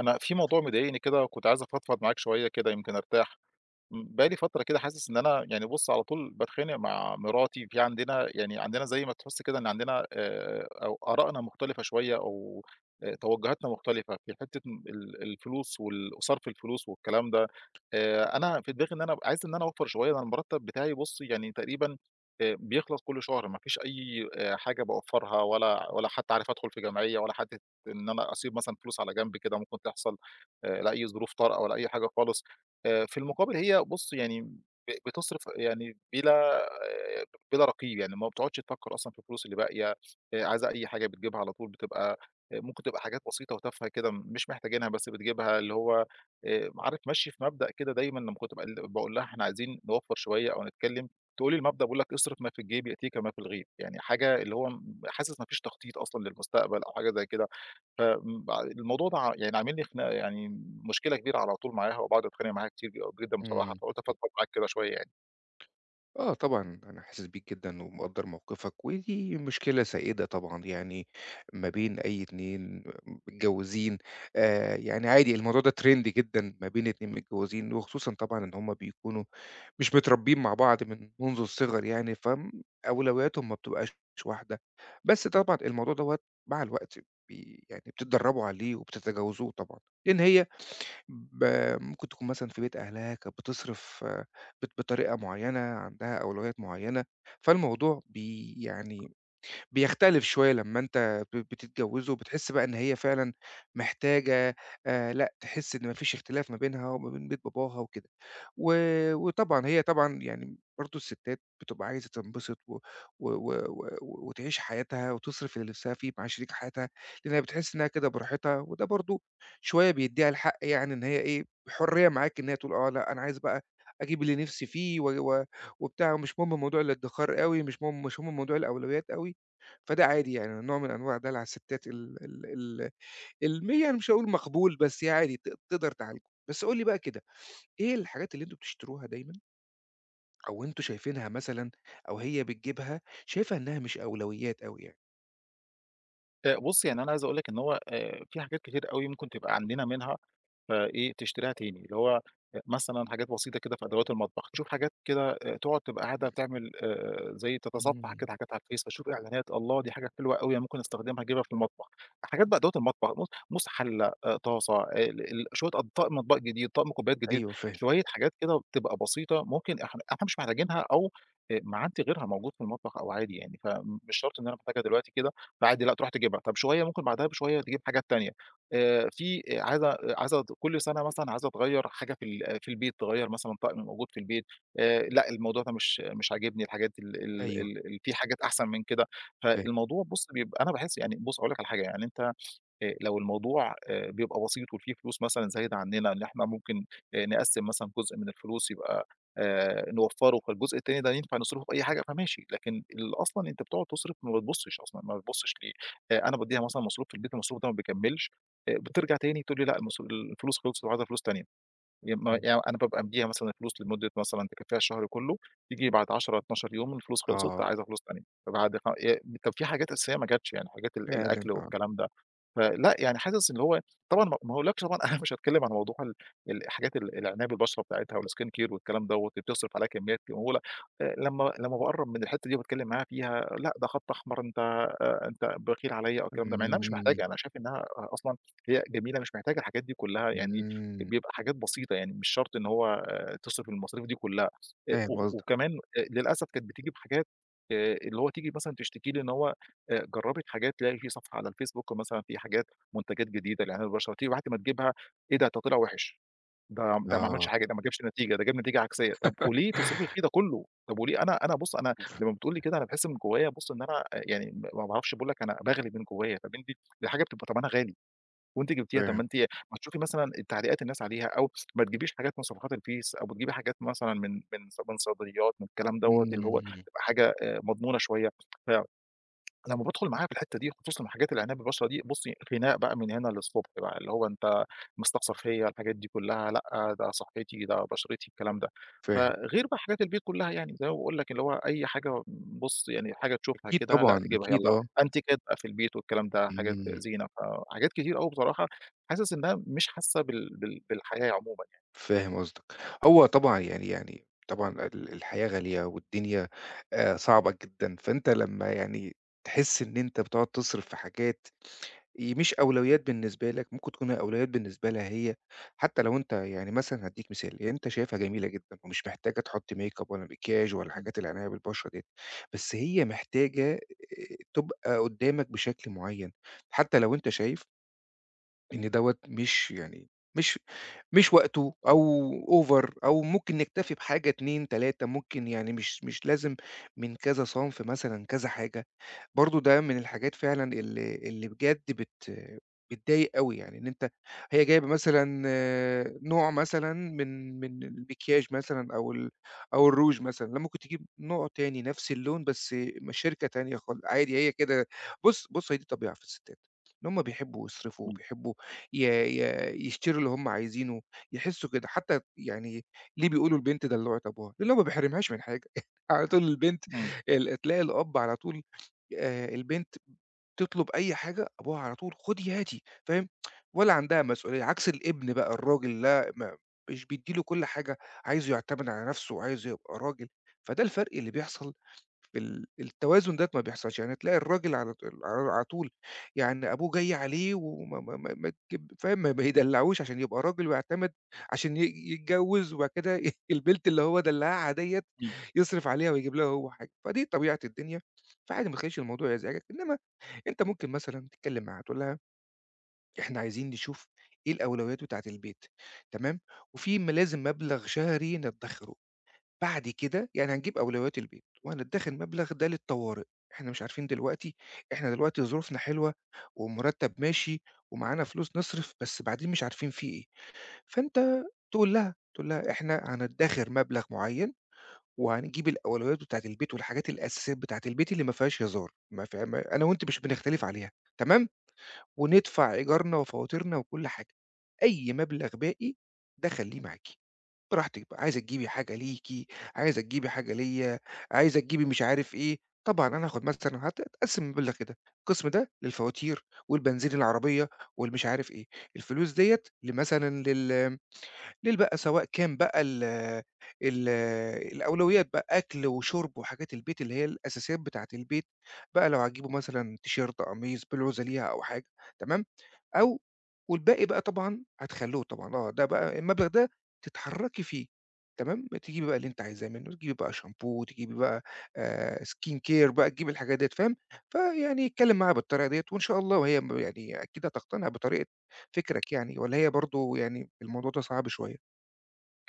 أنا في موضوع مضايقني كده وكنت عايز أفضفض معاك شوية كده يمكن أرتاح. بقى لي فترة كده حاسس إن أنا يعني بُص على طول باتخانق مع مراتي. في عندنا يعني عندنا زي ما تحس كده إن عندنا أو آرائنا مختلفة شوية أو توجهاتنا مختلفة في حتة الفلوس وصرف الفلوس والكلام ده. أنا في دماغي إن أنا عايز إن أنا أوفّر شوية. أنا المرتب بتاعي بُص يعني تقريبًا بيخلص كل شهر، ما فيش أي حاجة باوفّرها ولا حتى عارف أدخل في جمعية، ولا حتى إن أنا أسيب مثلًا فلوس على جنب كده ممكن تحصل لأي ظروف طارئة ولا أي حاجة خالص. في المقابل هي بُص يعني بتصرف يعني بلا آآ بلا رقيب. يعني ما بتقعدش تفكّر أصلًا في الفلوس اللي باقية. عايزة أي حاجة بتجيبها على طول، بتبقى ممكن تبقى حاجات بسيطة وتافهة كده مش محتاجينها بس بتجيبها. اللي هو عارف، مشّي في مبدأ كده دايمًا لمّا كنت باقول لها إحنا عايزين نوفّر شوية أو نتكلّم، تقول لي المبدأ بيقول لك: "اصرف ما في الجيب يأتيك ما في الغيب." يعني حاجة، اللي هو حاسس ما فيش تخطيط أصلًا للمستقبل أو حاجة زي كده. فالموضوع ده ع يعني عامل لي خنا يعني مشكلة كبيرة على طول معاها، وباقعد أتخانق معاها كتير جدًا بصراحة. إمم. فقُلت أفضفض معاك كده شوية يعني. آه طبعًا، أنا حاسس بيك جدًا ومقدّر موقفك، ودي مشكلة سائدة طبعًا يعني ما بين أي 2 متجوزين، يعني عادي الموضوع ده trend جدًا ما بين 2 متجوزين، وخصوصًا طبعًا إن هم بيكونوا مش متربيين مع بعض من منذ الصغر يعني، فأولوياتهم ما بتبقاش واحدة. بس طبعًا الموضوع دوّة مع الوقت يعني بتتدربوا عليه وبتتجاوزوه طبعًا، لأن هي ب ممكن تكون مثلًا في بيت أهلها كانت بتصرف بطريقة معيّنة، عندها أولويات معيّنة، فالموضوع يعني بيختلف شوية لمّا أنت بتتجوّزه، وبتحس بقى إن هي فعلًا محتاجة لأ، تحس إن ما فيش اختلاف ما بينها وما بين بيت باباها وكده. و وطبعًا هي طبعًا يعني برضه الستات بتبقى عايزة تنبسط و و و و وتعيش حياتها وتصرف اللي نفسها فيه مع شريك حياتها، لأنها بتحس إنها كده براحتها، وده برضه شوية بيدّيها الحق يعني إن هي إيه، حرية معاك إن هي تقول آه، لأ أنا عايزة بقى أجيب اللي نفسي فيه و و وبتاع ومش مهم موضوع الادّخار أوي، مش مهم موضوع الأولويات أوي. فده عادي يعني نوع من أنواع دلع الستات ال ال ال الم يعني مش هاقول مقبول، بس عادي تقدر تعالجه. بس قُل لي بقى كده، إيه الحاجات اللي أنتم بتشتروها دايمًا أو أنتم شايفينها مثلًا أو هي بتجيبها شايفة إنها مش أولويات أوي يعني؟ بُص، يعني أنا عايز أقول لك إن هو في حاجات كتير أوي ممكن تبقى عندنا منها، فإيه تشتريها تاني. اللي هو مثلًا حاجات بسيطة كده في أدوات المطبخ، تشوف حاجات كده تقعد تبقى قاعدة بتعمل زي تتصفح إمم. كده حاجات على الفيس، فتشوف إعلانات، الله دي حاجة حلوة أوي أنا ممكن أستخدمها أجيبها في المطبخ. حاجات بقى أدوات المطبخ، مُس حلة، طاسة، آه، ال ال شوية طقم أطباق جديد، طقم كوبايات جديد. أيوه فاهم، شوية حاجات كده بتبقى بسيطة ممكن إحنا مش محتاجينها، أو ما عندي غيرها موجود في المطبخ، أو عادي يعني. فمش شرط إن أنا محتاجها دلوقتي كده، فعادي لأ تروح تجيبها. طب شوية ممكن بعدها بشوية تجيب حاجات تانية. في عادة، عايزة كل سَنة مثلًا عايزة تغيّر حاجة في في البيت، تغيّر مثلًا طقم موجود في البيت. لأ الموضوع ده مش عاجبني الحاجات ال ال أيوه ال ال في حاجات أحسن من كده. فاهم، فالموضوع بُص بيبقى، أنا باحس يعني بُص هاقول لك على حاجة، يعني أنت لو الموضوع بيبقى بسيط وفي فلوس مثلًا زايدة عننا، إن إحنا ممكن نقسّم مثلًا جزء من الفلوس يبقى نوفّره، فالجزء التاني ده ينفع نصرفه في أي حاجة فماشي. لكن اللي أصلًا أنت بتقعد تصرف ما بتبُصّش أصلًا، ما بتبُصّش ليه. أنا بادّيها مثلًا مصروف في البيت، المصروف ده ما بيكمّلش. بترجع تاني تقول لي لأ، الفلوس خلصت وعايزة فلوس تانية. ي ما إمم. يعني أنا بابقى مدّيها مثلًا الفلوس لمدة مثلًا تكفّيها الشهر كلّه، تيجي بعد 10، 12 يوم الفلوس خلصت آه. عايزة فلوس تانية. فبعد خ ي طب في حاجات أساسية ما جاتش، يعني حاجات فعلًا الأكل آه. والكلام ده. فلأ، يعني حاسس إن هو طبعًا ما أقولكش طبعًا أنا مش هاتكلّم عن موضوع الحاجات العناية بالبشرة بتاعتها والskin care والكلام دوّة اللي بتصرف عليها كميات مهولة. لمّا باقرّب من الحتّة دي وباتكلّم معاها فيها، لأ ده خط أحمر، أنت أنت بخيل عليَّ أو الكلام ده، مع إنها مش إمم، محتاجة. أنا شايف إنها أصلًا هي جميلة، مش محتاجة الحاجات دي كلّها يعني. إمم. بيبقى حاجات بسيطة يعني، مش شرط إن هو تصرف المصاريف دي كلها. فاهم و قصدك. وكمان للأسف كانت بتيجي بحاجات، اللي هو تيجي مثلًا تشتكي لي إن هو جربِت حاجات، تلاقي في صفحة على الفيسبوك مثلًا في حاجات، منتجات جديدة لعناية بالبشرة، تيجي بعد ما تجيبها: "إيه ده طلع وحش، ده ده ما عملش آه، حاجة، ده ما جابش نتيجة، ده جاب نتيجة عكسية." طب وليه تصرفي فيه ده كله؟ طب وليه، أنا بُص، أنا لمّا بتقول لي كده أنا باحس من جوايا، بُص إن أنا يعني ما باعرفش، باقول لك أنا باغلي من جوايا. طب أنتِ الحاجة بتبقى تمنها غالي وأنتِ جبتيها. طب ما فاهم. أنتِ ما تشوفي مثلًا تعليقات الناس عليها، أو ما تجيبيش حاجات من صفحات الفيس، أو بتجيبي حاجات مثلًا من صيدليات، من الكلام دوّة، اللي هو إمم، تبقى حاجة مضمونة شوية. ف أنا لمّا بادخل معاها في الحتّة دي، خصوصًا حاجات العناية بالبشرة دي، بُصّي خناق بقى من هنا للصبح بقى، اللي هو أنت مستقصد فيّا الحاجات دي كلّها، لأ ده صحّتي، ده بشرتي، الكلام ده. فاهم. فغير بقى حاجات البيت كلّها يعني، زي ما باقول لك، اللي هو أي حاجة بُص يعني حاجة تشوفها أكيد كده، لأ طبعًا، تجيبها أكيد يالّا، آه. أنتيكات بقى في البيت والكلام ده، حاجات إمم. زينة. فحاجات كتير أوي بصراحة حاسس إنها مش حاسة بالحياة عمومًا يعني. فاهم قصدك. هو طبعًا يعني يعني طبعًا الحياة غالية والدنيا صعبة جدًا، فأنت لمّا يعني تحس إن أنت بتقعد تصرف في حاجات مش أولويات بالنسبة لك، ممكن تكون الأولويات بالنسبة لها هي، حتى لو أنت يعني مثلًا هادّيك مثال، يعني أنت شايفها جميلة جدًا ومش محتاجة تحُط makeup ولا maquillage ولا إمم، حاجات العناية بالبشرة ديّة، بس هي محتاجة تبقى قدّامك بشكل معيّن، حتى لو أنت شايف إن دوّة مش يعني مش مش وقته أو over أو ممكن نكتفي بحاجة 2، 3 ممكن يعني مش لازم من كذا صنف مثلًا كذا حاجة. برضه ده من الحاجات فعلًا اللي بجد بتضايق أوي، يعني إن أنت هي جايبة مثلًا آه، نوع مثلًا من المكياج مثلًا أو أو الروج مثلًا، لأ ممكن تجيب نوع تاني نفس اللون بس من شركة تانية خالص، عادي هي كده بُص هي دي طبيعة في الستات، إن هُم بيحبوا يصرفوا إمم، وبيحبوا ي ي يشتروا اللي هُم عايزينه، يحسوا كده حتى يعني ليه بيقولوا البنت دلوعة أبوها؟ لأن هو ما بيحرمهاش من حاجة على طول البنت تلاقي الأب على طول البنت تطلب أي حاجة، أبوها على طول خُدي هاتي، فاهم، ولا عندها مسؤولية، عكس الابن بقى الراجل لأ، ما مش بيدّي له كل حاجة، عايزه يعتمد على نَفْسه وعايزه يبقى راجل، فده الفرق اللي بيحصل التوازن دَوّة ما بيحصلش، يعني تلاقي الراجل على ط على على طول يعني أبوه جاي عليه وما ما ما ما تجيب فاهم، ما يدلّعوش عشان يبقى راجل ويعتمد، عشان يتجوّز وبعد كده البنت اللي هو دلّعها ديّة إمم. يصرف عليها ويجيب لها هو حاجة، فدي طبيعة الدنيا، فعادي ما تخلّيش الموضوع يزعجك، إنما أنت ممكن مثلًا تتكلّم معاها تقول لها إحنا عايزين نشوف إيه الأولويات بتاعة البيت تمام، وفي لازم مبلغ شهري ندّخره. بعد كده يعني هنجيب أولويات البيت، وهندخّر المبلغ ده للطوارئ، إحنا مش عارفين دلوقتي إحنا دلوقتي ظروفنا حلوة والمرتّب ماشي ومعانا فلوس نصرف، بس بعدين مش عارفين في إيه، فأنت تقول لها إحنا هندخّر مبلغ معيّن وهنجيب الأولويات بتاعة البيت والحاجات الأساسيات بتاعة البيت اللي ما فيهاش هزار، ما في ما أنا وأنتِ مش بنختلف عليها، تمام، وندفع إيجارنا وفواتيرنا وكل حاجة، أي مبلغ باقي ده خلّيه معاكِ. براحتِك بقى، عايزة تجيبي حاجة ليكِ، عايزة تجيبي حاجة ليّا، عايزة تجيبي مش عارف إيه، طبعًا أنا هاخد مثلًا هتقسّم المبلغ كده، القسم ده للفواتير والبنزين العربية والمش عارف إيه، الفلوس ديّة لمثلًا ليه بقى سواء كان بقى ال ال الأولويات بقى أكل وشرب وحاجات البيت اللي هي الأساسيات بتاعة البيت، بقى لو هتجيبوا مثلًا تيشيرت، قميص، بلوزة ليها أو حاجة تمام، أو والباقي بقى طبعًا هتخلّوه طبعًا آه، ده بقى المبلغ ده تتحرّكي فيه تمام، تجيبي بقى اللي أنتِ عايزاه منه، تجيبي بقى شامبو، تجيبي بقى skin care بقى تجيبي الحاجات ديّة فاهم، فيعني اتكلّم معاها بالطريقة ديّة وإن شاء الله وهي يعني أكيد هتقتنع بطريقة فكرك يعني والّا هي برضه يعني الموضوع ده صعب شوية؟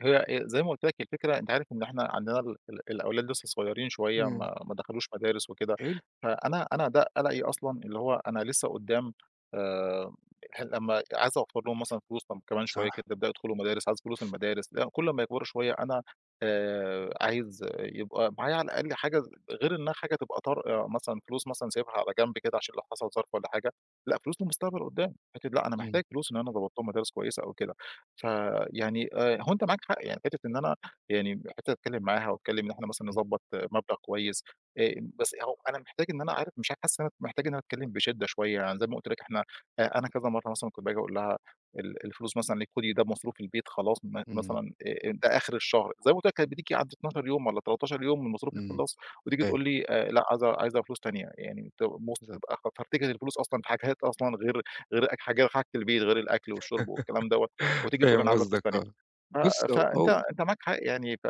هي زي ما قُلت لك الفكرة، أنت عارف إن إحنا عندنا ال ال الأولاد لسه صغيرين شوية، إمم، ما دخلوش مدارس وكده. حلو، فأنا ده قلقي أصلًا، اللي هو أنا لسه قدّام آآ ح لمّا عايز أوفّر لهم مثلًا فلوس. طَب كمان شوية صح، كده يبدأوا يدخلوا مدارس، عايز فلوس المدارس. لأ، كل ما يكبروا شوية أنا عايز يبقى معايا على الأقل حاجة، غير إنها حاجة تبقى طارئة، مثلًا فلوس مثلًا سايبها على جنب كده عشان لو حصل ظرف والّا حاجة، لأ فلوس للمستقبل قدّام. حتّة لأ أنا إمم، محتاج فلوس إن أنا أضبّط لهم مدارس كويسة أو كده. فيعني هو أنت معاك حق، يعني حتّة إن أنا يعني حتّة أتكلّم معاها وأتكلّم إن إحنا مثلًا إمم، نضبّط مبلغ كويس. آآ بس أهو أنا محتاج إن أنا عارف مش عارف، حاسس إن أنا محتاج إن أنا أتكلّم بشِدّة شوية. يعني زي ما قُلت لك إحنا، أنا كذا مرّة مثلًا كنت باجي أقول لها الفلوس مثلًا اللي خُدي ده مصروف البيت خلاص، إمم، مثلًا ده آخِر الشهر. زي ما قُلت لك، كانت بتيجي عند 12 يوم والّا 13 يوم المصروف إمم، يخلّص، وتيجي فاهم تقول لي لأ عايزة فلوس تانية. يعني ت مص بالضبط، تبقى فارتكِس الفلوس أصلًا في حاجات أصلًا، غير غير أك حاجة حاجة البيت غير الأكل والشُرب والكلام دوّة. وتيجي تقول أنا فاهم عايزة فلوس قصدك تانية. آه، ف بُص هو فأنت هو أنت معاك حق يعني.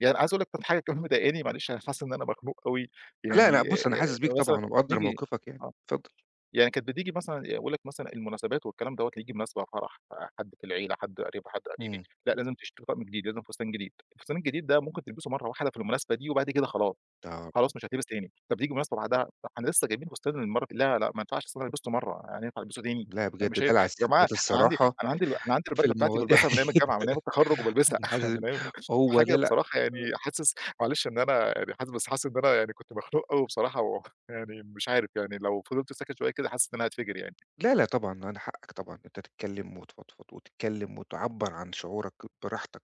يعني عايز أقول لك كانت حاجة كمان مضايقاني، معلش أنا حاسس إن أنا مخنوق أوي. يعني لأ، لأ، بُص أنا حاسس بيك مثلًا طبعًا ومقدّر نيجي موقفك يعني، آه، اتفضل. يعني كانت بتيجي مثلًا، يقول لك مثلًا المناسبات والكلام دوّة اللي ييجي، مناسبة فرح، آه، حد في العيلة، حد قريب، حد قريبي، إمم، لأ لازم تشتري طقم جديد، لازم فستان جديد. الفستان الجديد ده ممكن تلبسه مرّة واحدة في المناسبة دي وبعد كده خلاص، آه، خلاص مش هتلبس تاني. طب تيجي مناسبة بعدها، طب إحنا لسه جايبين فستان المرّة لا، لا، ما ينفعش، أصل أنا لبسته مرّة، يعني ينفع ألبسه تاني؟ لأ بجد مش هي يا دلع جماعة، الستات الصراحة أنا عندي في البدلة بتاعتي، المواضيع بالبسها من أيام دي كده، الجامعة، من أيام التخرُّج وبالبسها أنا حاسس من أيام، هو ده حاجة بصراحة يعني. حاسس، معلش إن أنا يعني حاسس، بس حاسس إن أنا يعني كنت مخنوق أوي بصراحة، و يعني مش عارف يعني، لو فضلت ساكت شوية كده حاسس إن أنا هاتفجر يعني. لا، لأ طبعًا، أنا حقك طبعًا أنت تتكلّم وتفضفض وتتكلّم وتعبّر عن شعورك براحتك،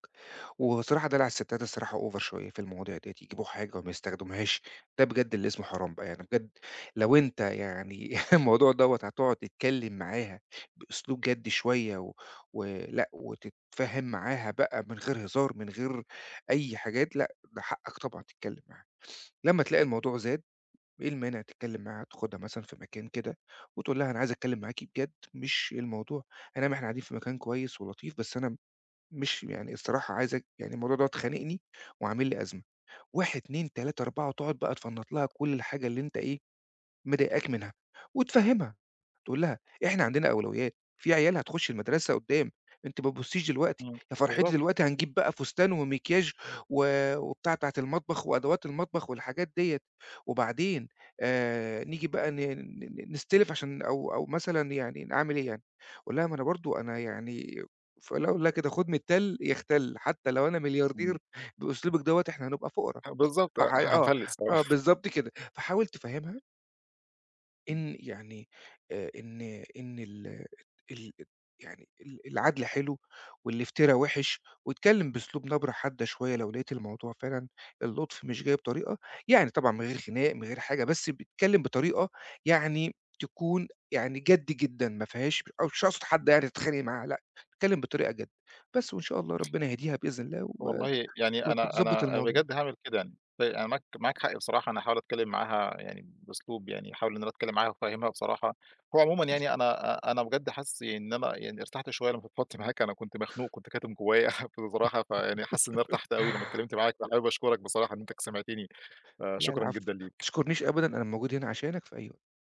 وصراحة دلع الستّات الصراحة over شوية في المواضيع ديّة، يجيبوا حاجة وما يستخدموهاش، ده بجد اللي اسمه حرام بقى، يعني بجد لو أنت يعني الموضوع دوّة هتقعد تتكلّم معاها بأسلوب جَد شوية و ولأ وتتفاهم معاها بقى من غير هزار، من غير أي حاجات، لأ ده حقك طبعًا تتكلّم معاها. لمّا تلاقي الموضوع زاد إيه المانع تتكلّم معاها، تاخدها مثلًا في مكان كده وتقول لها أنا عايزة أتكلّم معاكِ بجد، مش الموضوع أي نعم إحنا قاعدين في مكان كويس ولطيف، بس أنا مش يعني الصراحة عايزة يعني الموضوع دوّة خانقني وعامل لي أزمة، 1، 2، 3، 4 وتقعد بقى تفنّط لها كل الحاجة اللي أنت إيه، مضايقاك منها وتفهّمها. تقول لها: "إحنا عندنا أولويات، في عيال هتخُش المدرسة قُدّام، أنتِ ما تبُصّيش دلوقتي، إمم، يا فرحتي بالضبط، دلوقتي هنجيب بقى فستان ومكياج و وبتاع بتاعة المطبخ وأدوات المطبخ والحاجات ديّة، وبعدين نيجي بقى ن ن نستلف عشان أو مثلًا يعني نعمل إيه يعني؟" أقول لها: "ما أنا برضه أنا يعني" فأنا أقول لها كده: "خُد من التَّل يختل، حتى لو أنا ملياردير إمم. بأسلوبِك دوّة إحنا هنبقى فُقرا." بالضبط، آه، هانفَلِس آه آه. بالضبط كده، فحاول تفهّمها إمم. إن يعني آآ إن إن ال ال يعني العدل حلو والافترا وِحِش، واتكلّم بأسلوب نبرة حادة شوية لو لقيت الموضوع فعلًا اللطف مش جاي بطريقة يعني طبعًا من غير خناق، من غير حاجة، بس بيتكلّم بطريقة يعني تكون يعني جَد جدًا ما فيهاش أو مش أقصد حد يعني تتخانق معاه لأ، اتكلّم بطريقة جَد، بس وإن شاء الله ربنا يهديها بإذن الله والله، يعني أنا وتضبّط أنا الموضوع. بجد هاعمل كده يعني. أنا معاك حق بصراحة، أنا هاحاول أتكلّم معاها يعني بأسلوب، يعني هاحاول إن أنا أتكلّم معاها وأفهّمها بصراحة. هو عمومًا يعني أنا أنا بجد حاسس إن أنا يعني ارتحت شوية لمّا فضفضت معاك. أنا كنت مخنوق، كنت كاتم جوايا بصراحة. فيعني حاسس إن أنا ارتحت أوي لمّا اتكلّمت معاك، فحابب أشكرك بصراحة إن أنت سمعتني. لا فشكرًا العفو، جدًا ما ليك. تشكرنيش أبدًا أنا موجود هنا عشانك في أي وقت.